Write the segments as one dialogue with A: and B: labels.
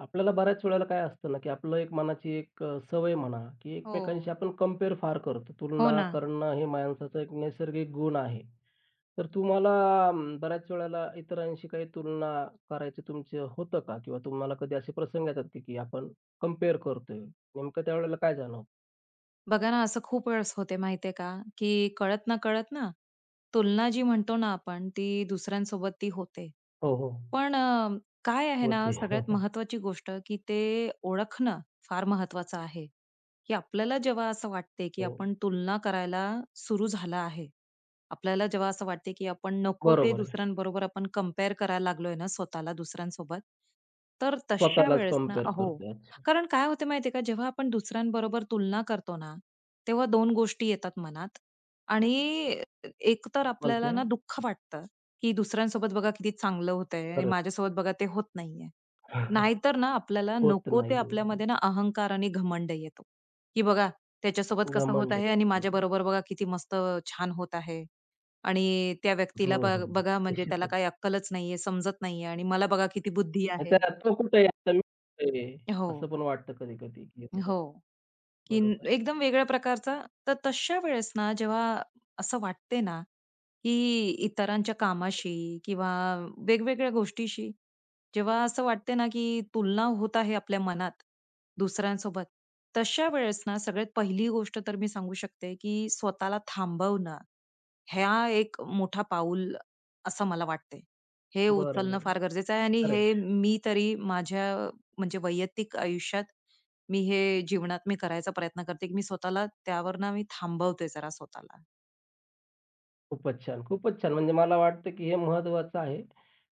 A: आपल्याला बऱ्याच वेळेला काय असतं ना, की आपलं एक मनाची एक सवय म्हणा, की
B: हो,
A: एकमेकांशी आपण कंपेअर फार करतो.
B: हो
A: तुलना
B: ना.
A: करणं हे माणसाचा एक नैसर्गिक गुण आहे. तर तुम्हाला बऱ्याच वेळेला इतरांशी काही तुलना करायचं तुमचं होतं का? किंवा तुम्हाला कधी असे प्रसंग येतात की की आपण कंपेअर करतोय, नेमकं त्यावेळेला काय जाणवतं?
B: बघा ना, असं खूप वेळेस होते माहितीये का, की कळत ना कळत ना, तुलना जी म्हणतो ना आपण, ती दुसऱ्यांसोबत ती होते.
A: हो, हो.
B: पण काय आहे ना,
A: होते.
B: सगळ्यात महत्वाची गोष्ट की ते ओळखणं फार महत्वाचं आहे, की आपल्याला जेव्हा असं वाटते, की
A: हो,
B: आपण तुलना करायला सुरू झाला आहे. आपल्याला जेव्हा असं वाटते, की आपण नको ते
A: बरोबर आहे.
B: दुसऱ्यांबरोबर आपण कंपेअर करायला लागलोय ना स्वतःला दुसऱ्यांसोबत, तर तशा
A: स्वतःलाच
B: वेळेस ना
A: कंपेअर
B: हो.
A: करतोय. अच्छा.
B: कारण काय होते माहितीये का, जेव्हा आपण दुसऱ्यांबरोबर तुलना करतो ना, तेव्हा दोन गोष्टी येतात मनात आणि एक तर
A: पण
B: आपल्याला
A: त्या
B: ना दुःख वाटतं, की दुसऱ्यांसोबत बघा किती चांगलं होतंय आणि
A: खरं
B: माझ्यासोबत बघा ते होत नाहीये. नाहीतर ना आपल्याला
A: होत
B: नको ते
A: नाहीये. बरोबर.
B: आपल्यामध्ये ना अहंकार आणि घमंड येतो, की बघा त्याच्यासोबत कसं होत
A: घमंड
B: आहे आणि
A: आहे.
B: माझ्याबरोबर बघा किती मस्त छान होत आहे. आणि त्या
A: हो,
B: व्यक्तीला
A: हो. हो.
B: बघा म्हणजे त्याला
A: निश्चितच.
B: काही अक्कलच नाहीये, समजत नाहीये आणि मला बघा किती बुद्धी आहे.
A: आता तो कुठे आहे? आता मी कुठे आहे?
B: हो,
A: असं पण वाटतं कधी-कधी, की बाबा
B: हो.
A: बरोबर,
B: एकदम वेगळ्या प्रकारचा. तर तशा वेळेस ना जेव्हा असं वाटते ना, की इतरांच्या कामाशी किंवा वेगवेगळ्या गोष्टीशी जेव्हा असं वाटते ना, की तुलना होत आहे आपल्या मनात दुसऱ्यांसोबत, तशा वेळेस ना सगळ्यात पहिली गोष्ट तर मी सांगू शकते, की स्वतःला थांबवणं. हा एक मोठा पाऊल असं मला वाटते. हे उचलणं
A: बरोबर.
B: फार गरजेचं आहे आणि
A: खरं
B: हे मी तरी माझ्या म्हणजे वैयक्तिक आयुष्यात मी हे जीवनात मी करायचा प्रयत्न करते, की मी स्वतःला त्यावर ना मी थांबवते जरा स्वतःला.
A: खूपच छान, खूपच छान. म्हणजे मला वाटतं, की हे महत्त्वाचं आहे.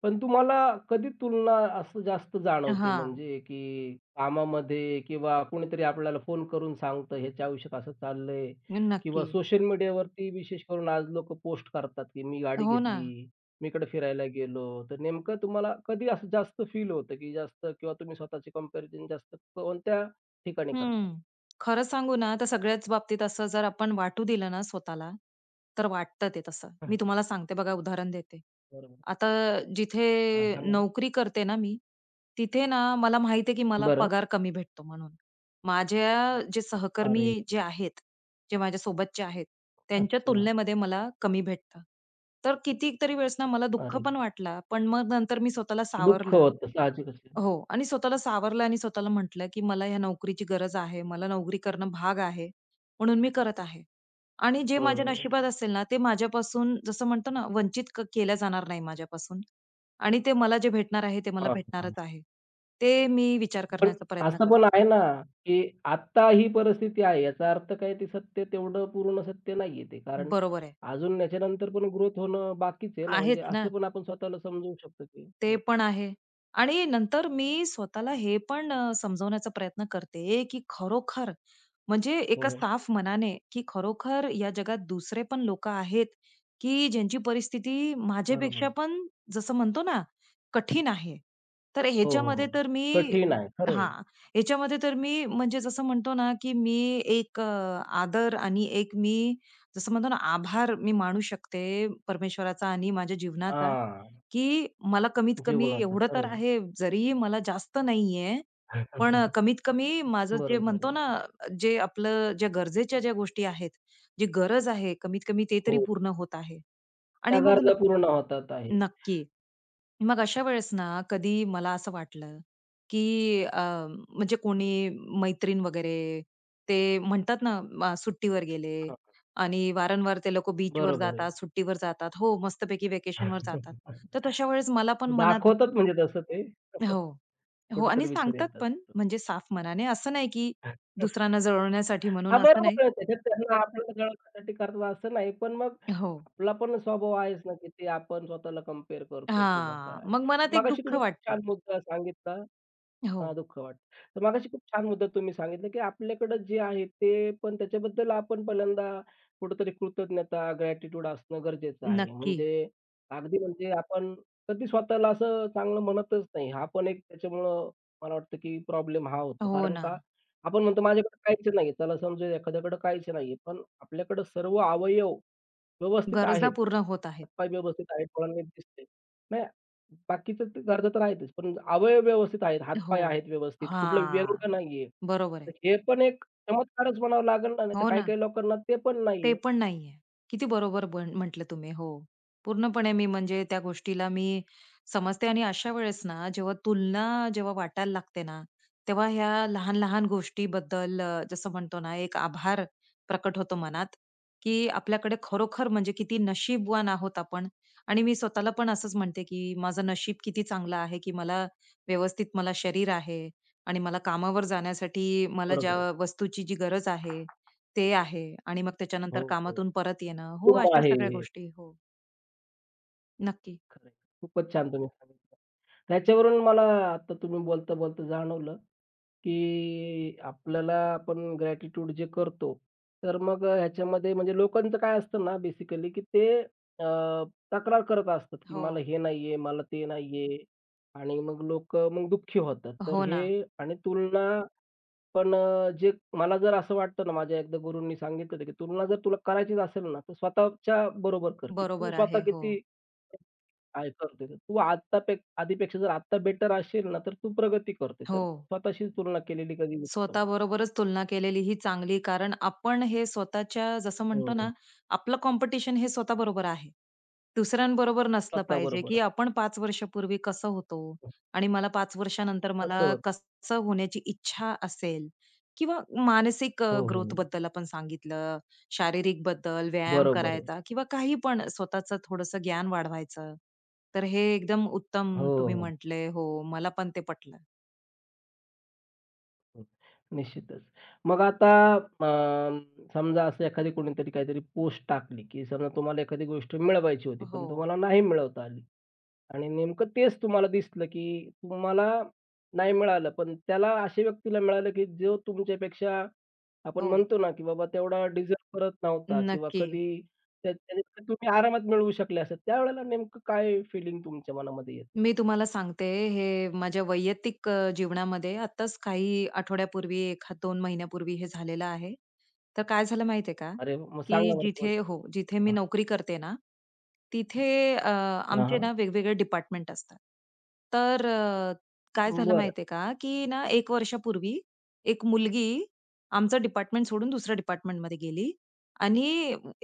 A: पण तुम्हाला कधी तुलना असं जास्त जाणवते
B: हां.
A: म्हणजे, की कामामध्ये किंवा कोणीतरी आपल्याला फोन करून सांगतं, "ह्याच्या आयुष्यात असं चाललंय" किंवा
B: नक्की.
A: सोशल मीडियावरती विशेष करून आज लोकं पोस्ट करतात, की "मी गाडी
B: हो ना.
A: घेतली, मी इकडे फिरायला गेलो." तर नेमकं तुम्हाला कधी असं जास्त फील होतं, की जास्त किंवा तुम्ही स्वतःचे कंपॅरिझन जास्त कोणत्या ठिकाणी करता?
B: हं. खरं सांगू ना, तर सगळ्याच बाबतीत असं जर आपण वाटू दिलं ना स्वतःला, तर वाटतं ते तसं. मी तुम्हाला सांगते बघा, उदाहरण देते.
A: बरोबर.
B: आता जिथे
A: हां, सांगा
B: नोकरी करते ना मी, तिथे ना मला माहिती आहे, की मला
A: बरं.
B: पगार कमी भेटतो म्हणून. माझ्या जे सहकर्मी
A: अरे!
B: जे आहेत, जे माझ्या सोबतचे आहेत, त्यांच्या
A: अच्छा.
B: तुलनेमध्ये मला कमी भेटतं. तर कितीतरी वेळेस ना मला दुःख
A: अरे!
B: पण वाटलं, पण मग नंतर मी स्वतःला
A: दुःख
B: सावरलं
A: होतं साहजिकच आहे.
B: हो. आणि स्वतःला सावरलं आणि स्वतःला म्हटलं, की मला ह्या नोकरीची गरज आहे. मला नोकरी करणं भाग आहे, म्हणून मी करत आहे. आणि जे माझ्या
A: हं.
B: नशिबात असेल ना, ते माझ्यापासून जसं म्हणतो ना, वंचित केलं जाणार नाही माझ्यापासून. आणि ते मला जे भेटणार आहे, ते मला
A: हां, हां.
B: भेटणारच आहे. ते मी विचार
A: पण
B: करण्याचा प्रयत्न
A: असं पण
B: करते.
A: आहे ना, की आत्ता ही परिस्थिती आहे याचा अर्थ काय ते सत्य तेवढं पूर्ण सत्य नाहीये ते. कारण
B: बरोबर आहे.
A: अजून याच्यानंतर पण ग्रोथ होणं बाकीच आहे ना, म्हणजे
B: आहेच ना.
A: असं पण आपण स्वतःला समजवू शकतो, की
B: ते
A: हं.
B: पण आहे. आणि नंतर मी स्वतःला हे पण समजवण्याचा प्रयत्न करते, की खरोखर म्हणजे
A: हो,
B: एका
A: हो.
B: साफ मनाने, की खरोखर या जगात दुसरे पण लोकं आहेत, की ज्यांची परिस्थिती
A: बरोबर
B: माझ्यापेक्षा
A: आहे.
B: पण जसं म्हणतो ना, कठीण आहे. तर
A: हो, हो,
B: ह्याच्यामध्ये
A: हो.
B: तर मी
A: कठीण आहे. खरं आहे.
B: हां, ह्याच्यामध्ये तर मी म्हणजे जसं म्हणतो ना, की मी एक आदर आणि एक मी जसं म्हणतो ना, आभार मी मानू शकते परमेश्वराचा आणि माझ्या जीवनाचा.
A: हां,
B: की मला कमीत कमी
A: जीवनाचं
B: एवढं
A: खरं
B: तर
A: आहे.
B: आहे, जरी मला जास्त नाहीये, पण कमीत कमी माझं जे
A: बरोबर
B: म्हणतो
A: आहे.
B: ना, जे आपलं ज्या गरजेच्या ज्या गोष्टी आहेत, जी गरज आहे कमीत कमी ते तरी
A: हो,
B: पूर्ण होत आहे.
A: त्या
B: आणि मग
A: गरजा
B: न
A: पूर्ण होतात आहे.
B: नक्की. मग अशा वेळेस ना, कधी मला असं वाटलं, की म्हणजे कोणी मैत्रीण वगैरे, ते म्हणतात ना सुट्टीवर गेले
A: हां,
B: आणि वारंवार ते लोकं बीचवर
A: बरोबर आहे.
B: जातात, सुट्टीवर जातात. हो, मस्तपैकी व्हॅकेशनवर जातात. तर तशा वेळेस मला पण मनात
A: दाखवतात म्हणजे तसं ते.
B: हो. हो आणि
A: कुठेतरी विचार
B: सांगतात
A: येतात.
B: पण म्हणजे साफ मनाने. असं नाही की दुसऱ्यांना जळवण्यासाठी
A: हां,
B: म्हणून असं नाही.
A: बरोबर आहे. त्याच्यात त्यांना आपण गळा करतो असं नाही. पण मग
B: हो.
A: आपला पण स्वभाव आहेच ना, की ते आपण स्वतःला कंपेअर करतो किंवा
B: हां.
A: काय.
B: मग मनात एक
A: मगाशी
B: दुःख
A: तुम्ही खूप
B: वाटते.
A: छान मुद्दा सांगितला हां,
B: हो.
A: दुःख वाटतं. तर मगाशी खूप छान मुद्दा तुम्ही सांगितला, की आपल्याकडे जे आहे ते पण त्याच्याबद्दल आपण पहिल्यांदा कुठेतरी कृतज्ञता, ग्रॅटिट्यूड असणं गरजेचं आहे.
B: नक्की.
A: म्हणजे अगदी म्हणजे आपण कधी स्वतःला असं चांगलं म्हणतच नाही. हा पण एक त्याच्यामुळं मला वाटतं, की प्रॉब्लेम हा होतो.
B: हो
A: कारण
B: ना.
A: का आपण म्हणतो माझ्याकडे काहीच नाहीये. त्याला समजू या एखाद्याकडे काहीच नाहीये. पण आपल्याकडे सर्व अवयव व्यवस्थित
B: गरजा
A: आहेत.
B: पूर्ण होत आहेत.
A: हातपाय व्यवस्थित आहेत, डोळ्यांना नीट दिसतंय. नाही बाकीचं ते गरजा तर आहेतच. पण अवयव व्यवस्थित आहेत,
B: हो.
A: हातपाय आहेत व्यवस्थित, कुठलं व्यंग
B: हां.
A: नाहीये.
B: बरोबर
A: तर
B: आहे.
A: हे पण एक चमत्कारच म्हणावं लागेल ना, नाहीतर
B: हो ना.
A: काही-काही लोकांना ते पण
B: ते
A: नाहीये.
B: पण नाहीये. किती बरोबर बन म्हटलं तुम्ही. हो. पूर्णपणे मी म्हणजे त्या गोष्टीला मी समजते आणि अशा वेळेस ना, जेव्हा तुलना जेव्हा वाटायला लागते ना, तेव्हा ह्या लहान-लहान गोष्टीबद्दल जसं म्हणतो ना, एक आभार प्रकट होतो मनात, की आपल्याकडे खरोखर म्हणजे किती नशीबवान आहोत आपण आणि मी स्वतःला पण असंच म्हणते, की माझं नशीब किती चांगलं आहे, की मला व्यवस्थित मला शरीर आहे आणि मला कामावर जाण्यासाठी मला
A: बरोबर
B: ज्या
A: आहे.
B: वस्तूची जी गरज आहे ते आहे आणि मग
A: हो,
B: त्याच्यानंतर
A: हो.
B: कामातून परत येणं. हो,
A: कुटुंब
B: अशा
A: आहे.
B: सगळ्या गोष्टी. हो, नक्की.
A: खरं आहे. खूपच छान तुम्ही सांगितलं. त्याच्यावरून मला आता तुम्ही बोलता-बोलता जाणवलं, की आपल्याला आपण ग्रॅटिट्यूड जे करतो, तर मग ह्याच्यामध्ये म्हणजे लोकांचं काय असतं ना बेसिकली, की ते तक्रार करत असतात, की
B: हो.
A: मला हे नाहीये, मला ते नाहीये आणि मग लोकं मग दुःखी होतात. तर
B: हो ना.
A: हे आणि तुलना पण जे मला जर असं वाटतं ना, माझ्या एकदा गुरूंनी सांगितलं होतं, की तुलना जर तुला करायचीच असेल ना, तर स्वतःच्या बरोबर कर, की तू
B: बरोबर
A: स्वतः
B: आहे. हो.
A: किती काय करते तर तू आत्ता पे आधीपेक्षा जर आत्ता बेटर असेल ना, तर तू प्रगती करते.
B: हो.
A: तर स्वतःशी तुलना केलेली कधी उत्तम.
B: स्वतःबरोबरच तुलना केलेली ही चांगली. कारण आपण हे स्वतःच्या जसं
A: हो,
B: म्हणतो ना,
A: हो.
B: आपलं कॉम्पिटिशन हे स्वतःबरोबर आहे. दुसऱ्यांबरोबर नसलं पाहिजे,
A: स्वतःबरोबर
B: की आपण 5 वर्षापूर्वी कसं होतो
A: हं.
B: आणि मला 5 वर्षानंतर मला
A: असं होतं.
B: कसं होण्याची इच्छा असेल किंवा मानसिक
A: हो, हो, हो.
B: ग्रोथबद्दल आपण सांगितलं, शारीरिक बद्दल, व्यायाम
A: बरोबर आहे.
B: करायचा किंवा काही पण स्वतःचं थोडंसं ज्ञान वाढवायचं. तर हे एकदम
A: हो,
B: उत्तम
A: हो,
B: तुम्ही
A: हो.
B: म्हटले. हो, मला पण ते पटलं.
A: निश्चितच. मग आता समजा असं एखादी कोणीतरी काहीतरी पोस्ट टाकली, की समजा तुम्हाला एखादी गोष्ट मिळवायची होती, पण
B: हो,
A: तुम्हाला नाही मिळवता आली. आणि नेमकं तेच तुम्हाला दिसलं, की तुम्हाला नाही मिळालं, पण त्याला अशा व्यक्तीला मिळालं, की जो तुमच्यापेक्षा आपण
B: हो.
A: म्हणतो ना, की बाबा तेवढा डिझर्व्ह करत नव्हता किंवा
B: नक्की.
A: कधी त्या त्यापेक्षा तुम्ही आरामात मिळवू शकले असतात. त्यावेळेला नेमकं काय फीलिंग तुमच्या मनामध्ये येतं?
B: मी तुम्हाला सांगते, हे माझ्या वैयक्तिक जीवनामध्ये आत्ताच काही आठवड्यापूर्वी, 1-2 महिन्यापूर्वी हे झालेलं आहे. तर काय झालं माहिती का,
A: अरे वा, मग
B: की
A: सांगा बरं का?
B: जिथे हो, जिथे मी नोकरी करते ना, तिथे
A: हां,
B: आमचे
A: हां.
B: ना वेगवेगळे डिपार्टमेंट असतात. तर काय झालं
A: बरं.
B: माहिती का, की ना 1 वर्षापूर्वी एक मुलगी आमचं डिपार्टमेंट सोडून दुसऱ्या डिपार्टमेंटमध्ये गेली आणि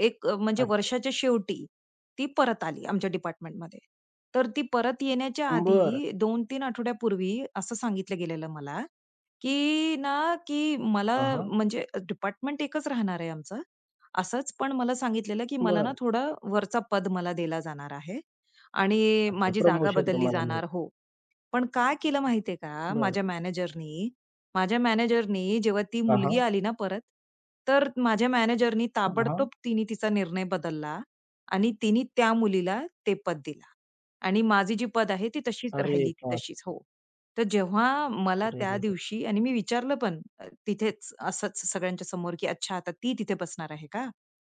B: एक म्हणजे
A: अच्छा.
B: वर्षाच्या शेवटी ती परत आली आमच्या डिपार्टमेंटमध्ये. तर ती परत येण्याच्या
A: बरं.
B: आधी 2-3 आठवड्यापूर्वी असं सांगितलं गेलेलं मला, की ना, की मला
A: हां, हां.
B: म्हणजे डिपार्टमेंट एकच राहणार आहे आमचं. असंच पण मला सांगितलेलं, की मला ना
A: बरं.
B: थोडं वरचा पद मला दिला जाणार आहे आणि
A: अच्छा
B: माझी जागा
A: प्रमोशन
B: बदलली
A: तुम्हाला मिळालं.
B: जाणार. हो. पण काय केलं माहितीये का
A: बरं.
B: माझ्या मॅनेजरनी जेव्हा ती
A: हां,
B: मुलगी
A: हां.
B: आली ना परत, तर माझ्या मॅनेजरनी
A: हां, हां.
B: ताबडतोब तिने तिचा निर्णय बदलला आणि तिने त्या मुलीला ते पद दिलं. आणि माझी जी पद आहे ती तशीच
A: अरे
B: राहिली, ती
A: बाप!
B: तशीच. हो. तर जेव्हा मला त्या
A: अरेरेरे!
B: दिवशी आणि मी विचारलं पण तिथेच असंच सगळ्यांच्या समोर, की "अच्छा आता ती तिथे बसणार आहे का?"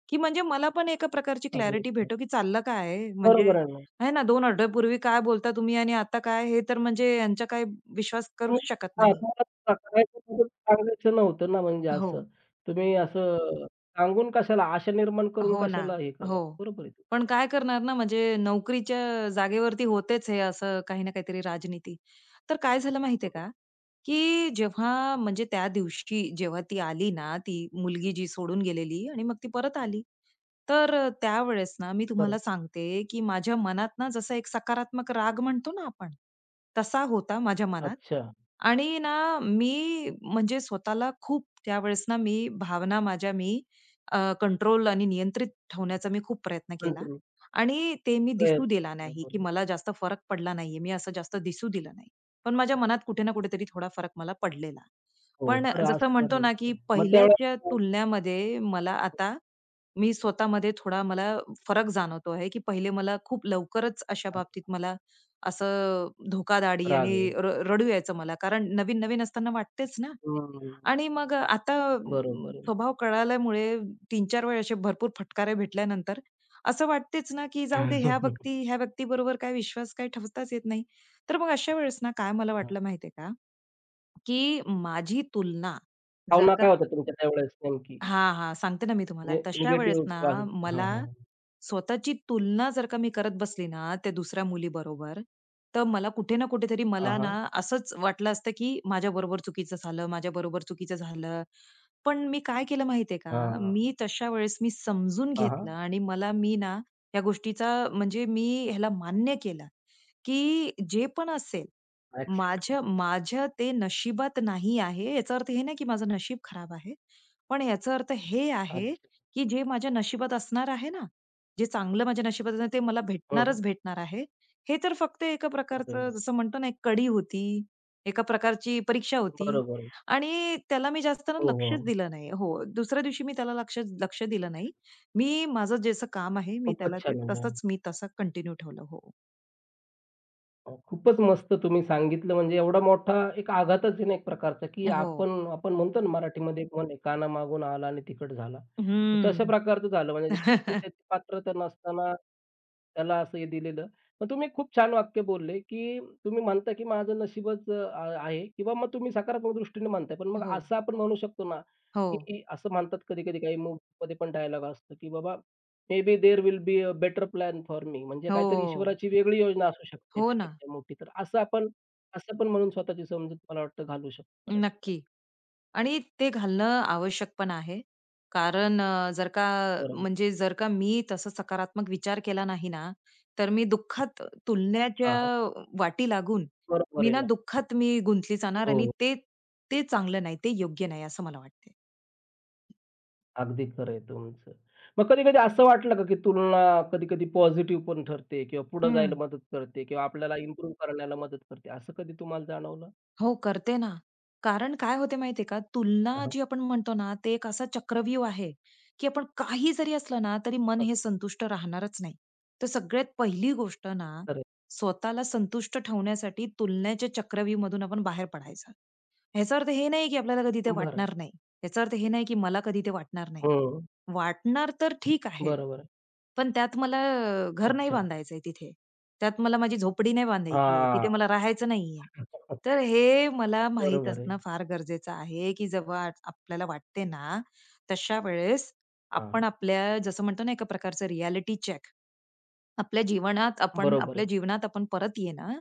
B: की म्हणजे मला पण एका प्रकारची
A: अरे
B: क्लॅरिटी
A: बाप!
B: भेटो, की चाललं काय आहे? म्हणजे
A: बरोबर आहे ना.
B: आहे ना 2 आठवड्यापूर्वी काय बोलता तुम्ही आणि आता काय? हे तर म्हणजे यांचा काही विश्वास करूच
A: तुम्ही
B: शकत
A: हां,
B: नाही.
A: तुम्हाला करायचं म्हणून सांगायचं नव्हतं ना म्हणजे
B: हो.
A: असं. तुम्ही असं सांगून कशाला, आशा निर्माण करून
B: हो ना.
A: कशाला हे करत.
B: हो.
A: बरोबर आहे.
B: पण काय करणार ना म्हणजे नोकरीच्या जागेवरती होतेच हे असं काही ना काहीतरी राजनीती. तर काय झालं माहिती आहे
A: हं,
B: का, की जेव्हा म्हणजे त्या दिवशी जेव्हा ती आली ना, ती मुलगी जी सोडून गेलेली आणि मग ती परत आली. तर त्यावेळेस ना मी
A: बरं.
B: तुम्हाला सांगते, की माझ्या मनात ना जसा एक सकारात्मक राग म्हणतो ना आपण, तसा होता माझ्या मनात.
A: अच्छा.
B: आणि ना मी म्हणजे स्वतःला खूप त्यावेळेस ना मी भावना माझ्या मी कंट्रोल आणि नियंत्रित ठेवण्याचा मी खूप प्रयत्न
A: पण
B: केला.
A: तुम्ही
B: आणि ते मी दिसू
A: प्रयत्न
B: दिला
A: केला.
B: नाही, की
A: बरोबर.
B: मला जास्त फरक पडला नाहीये. मी असं जास्त दिसू दिलं नाही. पण माझ्या मनात कुठे ना कुठेतरी थोडा फरक मला पडलेला.
A: हो,
B: पण
A: खरं
B: जसं
A: असणार
B: म्हणतो ना,
A: वाटतंय.
B: की
A: मग
B: पहिल्याच्या
A: त्यावेळेस
B: तुलनेमध्ये मला आता मी स्वतःमध्ये थोडा मला फरक जाणवतो आहे, की पहिले मला खूप लवकरच अशा बाबतीत मला असं धोकादाडी
A: राग
B: आणि
A: येईल.
B: रडू यायचं मला. कारण नवीन-नवीन असताना वाटतेच ना.
A: हं,
B: आणि मग आता
A: बरोबर आहे.
B: स्वभाव कळाल्यामुळे तीन-चार वेळा असे भरपूर फटकारे भेटल्यानंतर असं वाटतेच ना, की जाऊ दे ह्या व्यक्तीबरोबर काय विश्वास काय ठेवताच येत नाही. तर मग अशा वेळेस ना, काय मला
A: हां.
B: वाटलं माहितीये का, की माझी तुलना जर
A: भावना काय
B: का
A: होत्या तुमच्या त्यावेळेस नेमकी?
B: हा, हा, सांगते ना मी तुम्हाला.
A: म्हणजे
B: तशा वेळेस
A: निगेटिव्ह
B: ना
A: किंवा हां,
B: मला
A: हां.
B: स्वतःची तुलना जर का मी करत बसली ना त्या दुसऱ्या मुलीबरोबर, तर मला कुठे ना कुठेतरी
A: हां,
B: मला ना
A: हां.
B: असंच वाटलं असतं, की माझ्याबरोबर चुकीचं झालं, माझ्याबरोबर चुकीचं झालं. पण मी काय केलं माहितीये का? मी तशा वेळेस मी समजून
A: हां, हां, हां.
B: घेतलं आणि मला मी ना या गोष्टीचा म्हणजे मी ह्याला मान्य केलं, की जे पण असेल
A: एक्सेप्ट
B: माझ्या
A: केलं.
B: माझ्या ते नशिबात नाही आहे, याचा अर्थ हे नाही की माझं नशीब खराब आहे. पण याचा अर्थ हे आहे,
A: अच्छा.
B: की जे माझ्या नशिबात असणार आहे ना, जे चांगलं माझ्या नशिबात असणार ते मला
A: हं, हं.
B: भेटणारच भेटणार आहे. हे तर फक्त एका
A: अरे
B: प्रकारचं
A: वाह!
B: जसं म्हणतो ना, एक कडी होती, एका प्रकारची परीक्षा होती
A: बरोबर आहे.
B: आणि त्याला मी जास्त ना
A: हो,
B: लक्षच
A: हो.
B: दिलं नाही. हो, दुसऱ्या दिवशी मी त्याला लक्ष लक्ष दिलं नाही. मी माझं जसं काम आहे, मी
A: खूपच
B: त्याला ते
A: छान म्हणजे
B: तसंच मी तसं कंटिन्यू ठेवलं. हो.
A: खूपच मस्त तुम्ही सांगितलं म्हणजे एवढा मोठा एक आघातच आहे ना एक प्रकारचा, की
B: हो.
A: आपण आपण म्हणतो ना मराठीमध्ये एक म्हण आहे, "कानामागून आला आणि तिखट झाला." तर तशा
B: हम्म.
A: प्रकारचं झालं म्हणजे कुठली त्याची पात्रता नसताना त्याला असं हे दिलेलं. मग तुम्ही खूप छान वाक्य बोलले, की तुम्ही म्हणता, की माझं नशीबच आहे किंवा मग तुम्ही सकारात्मक दृष्टीने म्हणताय. पण मग
B: हो.
A: असं आपण म्हणू शकतो ना,
B: हो.
A: की असं म्हणतात कधी-कधी काही मूव्हीमध्ये पण डायलॉग असतो, की बाबा may be there will be a better plan for me. म्हणजे
B: हो.
A: काहीतरी ईश्वराची वेगळी योजना असू शकते
B: हो ना.
A: त्यापेक्षा मोठी. तर असं आपण असं पण म्हणून स्वतःची समजूत मला वाटतं घालू शकतो बऱ्याच वेळा.
B: नक्की. आणि ते घालणं आवश्यक पण आहे. कारण जर का
A: बरोबर.
B: म्हणजे जर का मी तसा सकारात्मक विचार केला नाही ना, तर मी दुःखात
A: हां,
B: तुलण्याच्या
A: हां.
B: वाटी लागून,
A: बरोबर
B: मी
A: आहे
B: ना
A: ना.
B: दुःखात मी गुंतली जाणार आणि
A: हो,
B: ते ते चांगलं नाही, ते योग्य नाही असं मला वाटते.
A: अगदी खरं आहे तुमचं. मग कधी-कधी असं वाटलं का, की तुलना कधी-कधी पॉझिटिव्ह पण ठरते किंवा पुढे जायला मदत करते किंवा आपल्याला इम्प्रूव्ह करण्याला मदत करते. असं कधी तुम्हाला जाणवलं?
B: हो, करते ना. कारण काय होते माहितीये का,
A: हां,
B: तुलना
A: हां.
B: जी आपण म्हणतो ना, ते एक असा चक्रव्यूह आहे, की आपण काही जरी असलं ना, तरी मन
A: हं,
B: हे संतुष्ट राहणारच नाही. तर सगळ्यात पहिली गोष्ट ना,
A: खरं आहे.
B: स्वतःला संतुष्ट ठेवण्यासाठी तुलनेच्या चक्रव्यूहमधून आपण बाहेर पडायचं. ह्याचा अर्थ हे नाही, की आपल्याला कधी ते
A: बरं.
B: वाटणार नाही. याचा अर्थ हे नाही, की मला कधी ते वाटणार नाही.
A: हं.
B: वाटणार तर ठीक आहे.
A: बरोबर आहे.
B: पण त्यात मला घर नाही
A: अच्छा.
B: बांधायचंय तिथे. त्यात मला माझी झोपडी नाही बांधायची आहे.
A: हां.
B: तिथे मला राहायचं नाहीये. तर हे मला माहीत
A: बरोबर आहे.
B: असणं फार गरजेचं आहे, की जेव्हा आपल्याला वाटते ना, तशा वेळेस
A: हां,
B: आपण आपल्या जसं म्हणतो ना एका प्रकारचं रिएलिटी चेक
A: बरोबर
B: आपल्या
A: आहे.
B: जीवनात आपण परत येणं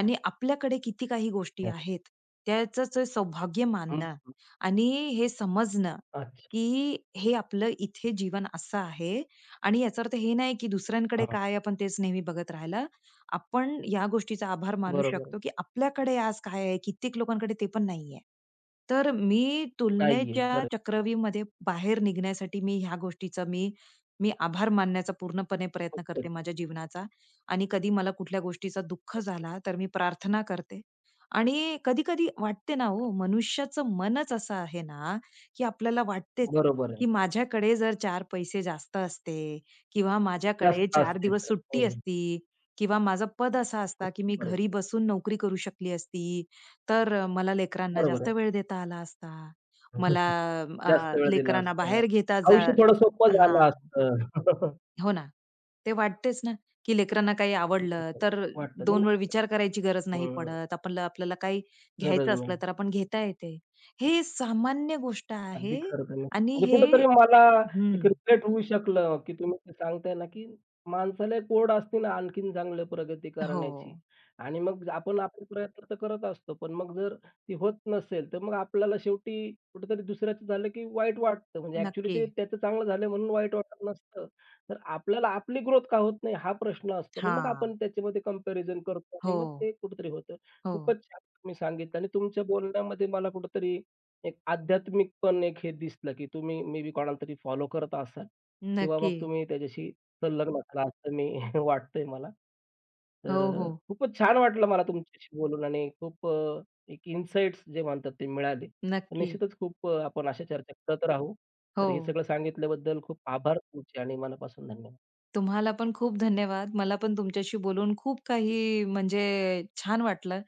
B: आणि आपल्याकडे किती काही गोष्टी
A: हं,
B: आहेत त्याचंच सौभाग्य
A: हं.
B: मानणं आणि हे समजणं
A: अच्छा.
B: की हे आपलं इथे जीवन असं आहे आणि याचा अर्थ हे नाही की दुसऱ्यांकडे
A: हां.
B: काय आपण तेच नेहमी बघत राहिलं. आपण या गोष्टीचा आभार मानू
A: बरोबर.
B: शकतो की आपल्याकडे आज काय आहे, कित्येक लोकांकडे ते पण नाहीये. तर मी
A: नाहीये.
B: तुलनेच्या
A: खरं आहे.
B: चक्रव्यूहमध्ये बाहेर निघण्यासाठी मी ह्या गोष्टीचा मी मी आभार मानण्याचा पूर्णपणे प्रयत्न
A: खूपच.
B: करते माझ्या जीवनाचा. आणि कधी मला कुठल्या गोष्टीचा दुःख
A: ओके.
B: झाला, तर मी प्रार्थना करते. आणि कधी-कधी वाटते ना हो, मनुष्याचं मनच असं आहे ना, की आपल्याला वाटतेच,
A: बरोबर आहे.
B: की माझ्याकडे जर चार पैसे जास्त असते किंवा
A: जास्त
B: माझ्याकडे 4
A: असते
B: दिवस
A: तर.
B: सुट्टी
A: हो.
B: असती किंवा माझं पद असा असता, की मी
A: बरोबर आहे.
B: घरी बसून नोकरी करू शकली असती, तर मला लेकरांना
A: बरोबर
B: जास्त
A: आहे.
B: वेळ देता आला असता. मला
A: जास्त वेळ दिला
B: लेकरांना
A: असता.
B: बाहेर घेता जा
A: आयुष्य थोडं सोपं झालं
B: हां.
A: असतं.
B: हो ना. ते वाटतेच ना, की लेकरांना काही आवडलं, तर
A: वाटतं ना.
B: 2 वेळ विचार करायची गरज नाही
A: हं.
B: पडत. आपलं आपल्याला काही
A: गरज
B: घ्यायचं असलं,
A: नव्हती.
B: तर आपण घेता येते. हे सामान्य गोष्ट
A: अगदी
B: आहे
A: खरं तुम्ही
B: आणि
A: म्हणजे
B: हे
A: कुठेतरी मला एक
B: हं.
A: रिग्रेट होऊ शकलं, की तुम्ही ते सांगताय ना, की माणसाला एक असते ना आणखीन चांगलं प्रगती
B: हो.
A: करण्याची आणि मग आपण आपले प्रयत्न तर करत असतो. पण मग जर ती होत नसेल, तर मग आपल्याला शेवटी कुठेतरी दुसऱ्याचं झालं, की वाईट वाटतं. म्हणजे ॲक्चुअली
B: नक्की.
A: ते त्याचं चांगलं झालं म्हणून वाईट वाटत नसतं. तर आपल्याला आपली ग्रोथ का होत नाही हा प्रश्न असतो आणि मग आपण
B: हां.
A: त्याच्यामध्ये कंपॅरिझन करतो आणि मग
B: हो,
A: ते कुठेतरी होतं.
B: हो.
A: खूपच छान तुम्ही सांगितलं आणि तुमच्या बोलण्यामध्ये मला कुठेतरी एक आध्यात्मिक पण एक हे दिसलं, की तुम्ही मे बी कोणाला तरी फॉलो करत असाल किंवा मग
B: नक्की.
A: तुम्ही त्याच्याशी संलग्न असाल असं मी वाटतंय मला.
B: हो,
A: तर
B: हो.
A: खूपच छान वाटलं मला तुमच्याशी बोलून आणि खूप एक इन्साइट्स जे म्हणतात ते मिळाले. तर
B: नक्की.
A: निश्चितच खूप आपण अशा चर्चा करत राहू. तर
B: हो.
A: हे सगळं सांगितल्याबद्दल खूप आभार तुमचे आणि मनापासून धन्यवाद.
B: तुम्हाला पण खूप धन्यवाद. मला पण तुमच्याशी बोलून खूप काही म्हणजे छान वाटलं.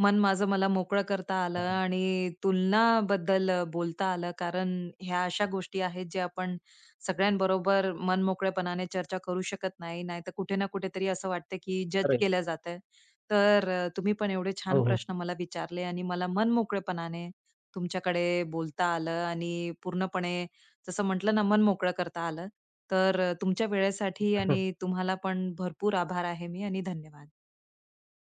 B: मन माझं मला मोकळं करता आलं
A: हां,
B: आणि तुलनाबद्दल बोलता आलं. कारण ह्या अशा गोष्टी आहेत ज्या आपण सगळ्यांबरोबर मनमोकळेपणाने चर्चा करू शकत नाही. नाहीतर कुठे ना कुठेतरी असं वाटतं की जज
A: खरंय.
B: केलं जातंय. तर तुम्ही पण एवढे छान
A: हो, हो.
B: प्रश्न मला विचारले आणि मला मनमोकळेपणाने तुमच्याकडे बोलता आलं आणि पूर्णपणे जसं म्हटलं ना, मन मोकळं करता आलं. तर तुमच्या वेळेसाठी आणि तुम्हाला पण भरपूर आभार आहे मी आणि धन्यवाद.